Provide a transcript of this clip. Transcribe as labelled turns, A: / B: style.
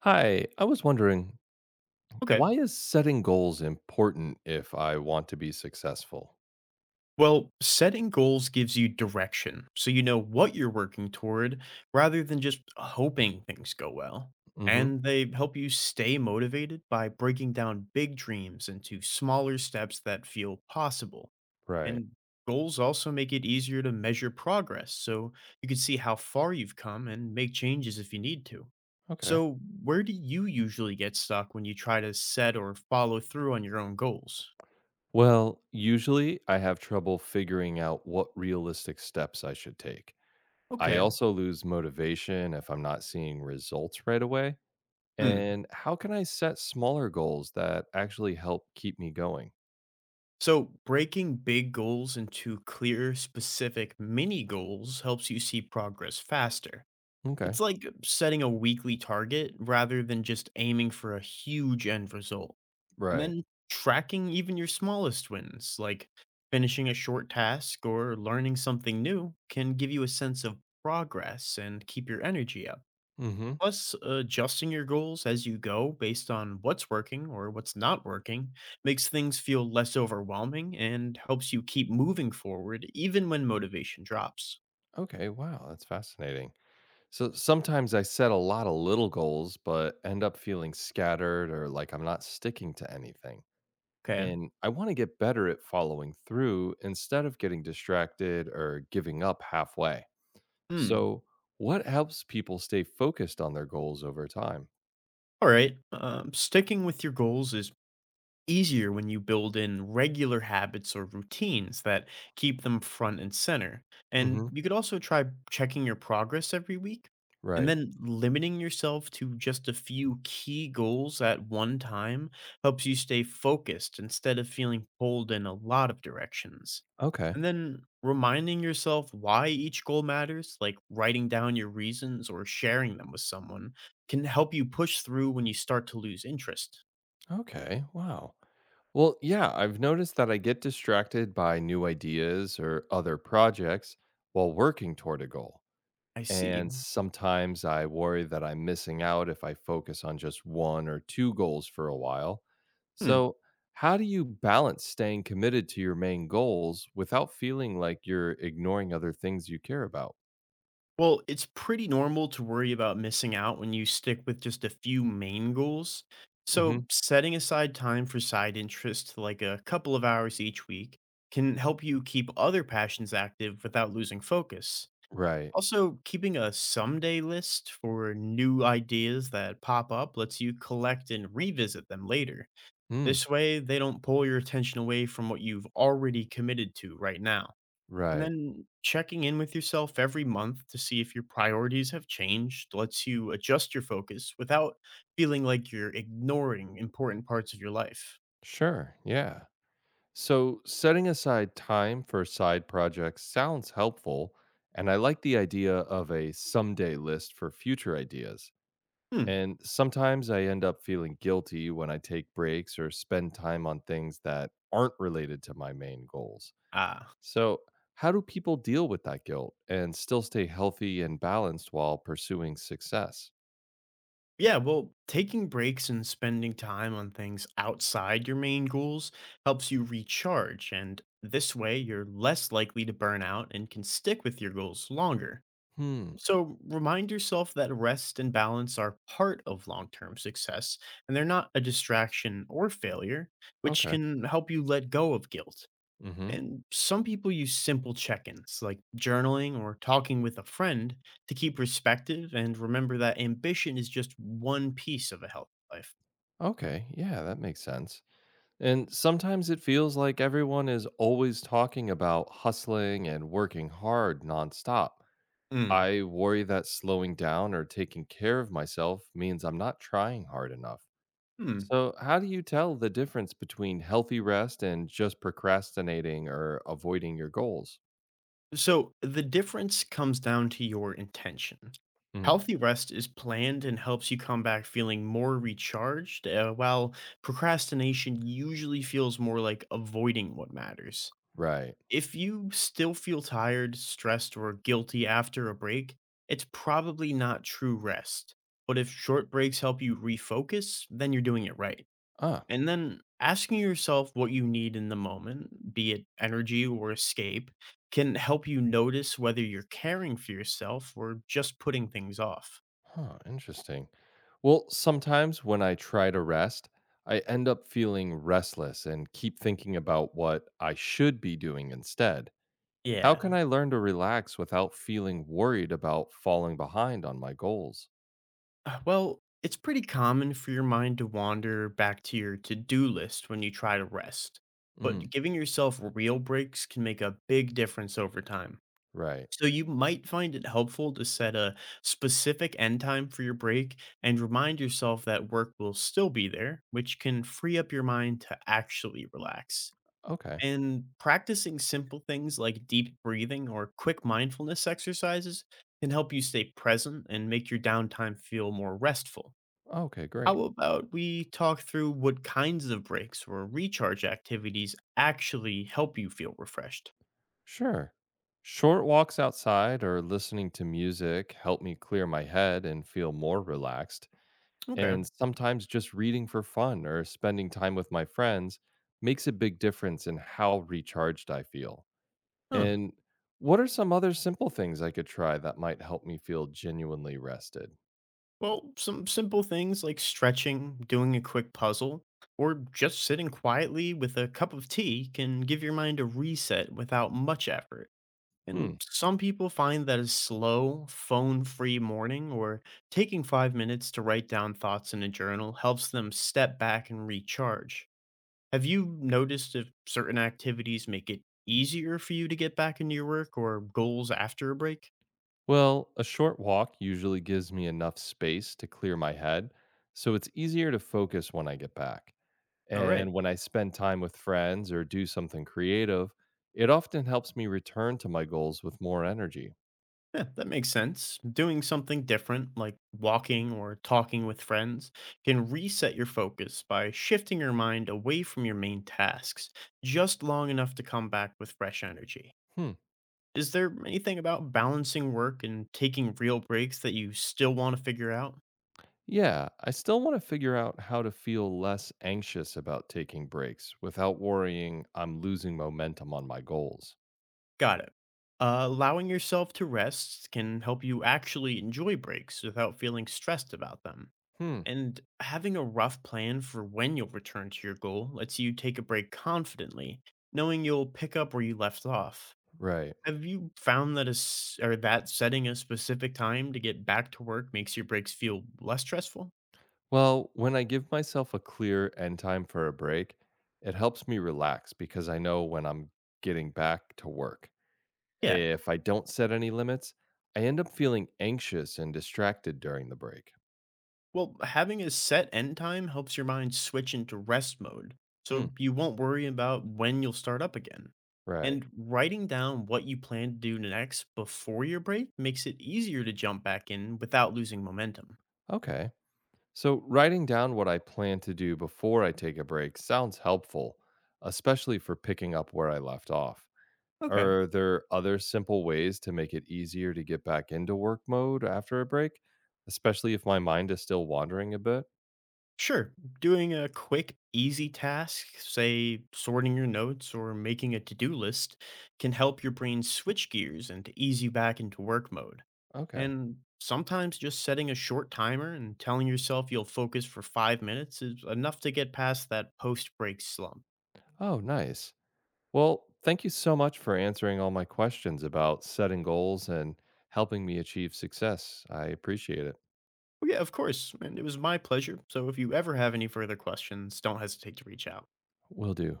A: Hi, I was wondering,
B: Okay.
A: why is setting goals important if I want to be successful?
B: Well, setting goals gives you direction, so you know what you're working toward rather than just hoping things go well.
A: Hmm.
B: And they help you stay motivated by breaking down big dreams into smaller steps that feel possible.
A: Right.
B: And goals also make it easier to measure progress, so you can see how far you've come and make changes if you need to.
A: Okay.
B: So, where do you usually get stuck when you try to set or follow through on your own goals?
A: Well, usually I have trouble figuring out what realistic steps I should take. I
B: Okay.
A: also lose motivation if I'm not seeing results right away.
B: Hmm.
A: And how can I set smaller goals that actually help keep me going?
B: So, breaking big goals into clear, specific mini goals helps you see progress faster.
A: Okay.
B: It's like setting a weekly target rather than just aiming for a huge end result. And
A: Right.
B: then tracking even your smallest wins, like finishing a short task or learning something new, can give you a sense of progress and keep your energy up.
A: Hmm.
B: Plus, adjusting your goals as you go based on what's working or what's not working makes things feel less overwhelming and helps you keep moving forward even when motivation drops.
A: Okay. Wow. That's fascinating. So sometimes I set a lot of little goals, but end up feeling scattered or like I'm not sticking to anything.
B: Okay.
A: And I want to get better at following through instead of getting distracted or giving up halfway.
B: Hmm.
A: So, what helps people stay focused on their goals over time?
B: All right. Sticking with your goals is easier when you build in regular habits or routines that keep them front and center. And
A: Hmm.
B: you could also try checking your progress every week and
A: Right.
B: then limiting yourself to just a few key goals at one time helps you stay focused instead of feeling pulled in a lot of directions.
A: Okay.
B: And then reminding yourself why each goal matters, like writing down your reasons or sharing them with someone, can help you push through when you start to lose interest.
A: Okay. Wow. Well, yeah, I've noticed that I get distracted by new ideas or other projects while working toward a goal.
B: I
A: And
B: see.
A: sometimes I worry that I'm missing out if I focus on just one or two goals for a while.
B: Hmm.
A: So, how do you balance staying committed to your main goals without feeling like you're ignoring other things you care about?
B: Well, it's pretty normal to worry about missing out when you stick with just a few main goals.
A: Hmm.
B: So, setting aside time for side interests, like a couple of hours each week, can help you keep other passions active without losing focus.
A: Right.
B: Also, keeping a someday list for new ideas that pop up lets you collect and revisit them later.
A: Mm,
B: This way, they don't pull your attention away from what you've already committed to right now. And
A: right.
B: then checking in with yourself every month to see if your priorities have changed lets you adjust your focus without feeling like you're ignoring important parts of your life.
A: Sure. Yeah. So, setting aside time for side projects sounds helpful. And I like the idea of a someday list for future ideas.
B: Hmm.
A: And sometimes I end up feeling guilty when I take breaks or spend time on things that aren't related to my main goals.
B: Ah.
A: So, how do people deal with that guilt and still stay healthy and balanced while pursuing success?
B: Yeah, well, taking breaks and spending time on things outside your main goals helps you recharge, and this way you're less likely to burn out and can stick with your goals longer.
A: Hmm.
B: So remind yourself that rest and balance are part of long term success, and they're not a distraction or failure, which
A: Okay.
B: can help you let go of guilt.
A: Mhm.
B: And some people use simple check ins like journaling or talking with a friend to keep perspective and remember that ambition is just one piece of a healthy life.
A: Okay. Yeah, that makes sense. And sometimes it feels like everyone is always talking about hustling and working hard nonstop.
B: Mm.
A: I worry that slowing down or taking care of myself means I'm not trying hard enough.
B: Hmm.
A: So, how do you tell the difference between healthy rest and just procrastinating or avoiding your goals?
B: So the difference comes down to your intention.
A: Mm,
B: Healthy rest is planned and helps you come back feeling more recharged, while procrastination usually feels more like avoiding what matters.
A: right.
B: If you still feel tired, stressed, or guilty after a break, it's probably not true rest. But if short breaks help you refocus, then you're doing it right.
A: Ah,
B: And then asking yourself what you need in the moment, be it energy or escape, can help you notice whether you're caring for yourself or just putting things off.
A: huh, interesting. Well, sometimes when I try to rest, I end up feeling restless and keep thinking about what I should be doing instead. How can
B: Yeah.
A: I learn to relax without feeling worried about falling behind on my goals?
B: Well, it's pretty common for your mind to wander back to your to do list when you try to rest,
A: Mm,
B: but giving yourself real breaks can make a big difference over time.
A: right.
B: So you might find it helpful to set a specific end time for your break and remind yourself that work will still be there, which can free up your mind to actually relax.
A: Okay.
B: And practicing simple things like deep breathing or quick mindfulness exercises can help you stay present and make your downtime feel more restful.
A: Okay,
B: How
A: great.
B: about we talk through what kinds of breaks or recharge activities actually help you feel refreshed?
A: Sure. Short walks outside or listening to music help me clear my head and feel more relaxed.
B: Okay.
A: And sometimes just reading for fun or spending time with my friends makes a big difference in how recharged I feel.
B: Huh.
A: And what are some other simple things I could try that might help me feel genuinely rested?
B: Well, some simple things like stretching, doing a quick puzzle, or just sitting quietly with a cup of tea can give your mind a reset without much effort. And
A: Hmm.
B: some people find that a slow, phone free morning or taking 5 minutes to write down thoughts in a journal helps them step back and recharge. Have you noticed if certain activities make it easier for you to get back into your work or goals after a break?
A: Well, a short walk usually gives me enough space to clear my head, so it's easier to focus when I get back.
B: All right.
A: And when I spend time with friends or do something creative, it often helps me return to my goals with more energy.
B: Yeah, that makes sense. Doing something different, like walking or talking with friends, can reset your focus by shifting your mind away from your main tasks just long enough to come back with fresh energy.
A: Hmm.
B: Is there anything about balancing work and taking real breaks that you still want to figure out?
A: Yeah, I still want to figure out how to feel less anxious about taking breaks without worrying I'm losing momentum on my goals.
B: Got it. Allowing yourself to rest can help you actually enjoy breaks without feeling stressed about them.
A: Hmm.
B: And having a rough plan for when you'll return to your goal lets you take a break confidently, knowing you'll pick up where you left off.
A: Right.
B: Have you found that a s or that setting a specific time to get back to work makes your breaks feel less stressful?
A: Well, when I give myself a clear end time for a break, it helps me relax because I know when I'm getting back to work.
B: Yeah.
A: If I don't set any limits, I end up feeling anxious and distracted during the break.
B: Well, having a set end time helps your mind switch into rest mode,
A: Hmm.
B: so you won't worry about when you'll start up again.
A: Right.
B: And writing down what you plan to do next before your break makes it easier to jump back in without losing momentum.
A: Okay. So, writing down what I plan to do before I take a break sounds helpful, especially for picking up where I left off.
B: Okay.
A: Are there other simple ways to make it easier to get back into work mode after a break, especially if my mind is still wandering a bit?
B: Sure. Doing a quick, easy task, say sorting your notes or making a to do list, can help your brain switch gears and to ease you back into work mode.
A: Okay.
B: And sometimes just setting a short timer and telling yourself you'll focus for 5 minutes is enough to get past that post break slump.
A: Oh, nice. Well, thank you so much for answering all my questions about setting goals and helping me achieve success. I appreciate it.
B: Oh, yeah, of course. And it was my pleasure. So if you ever have any further questions, don't hesitate to reach out.
A: Will do.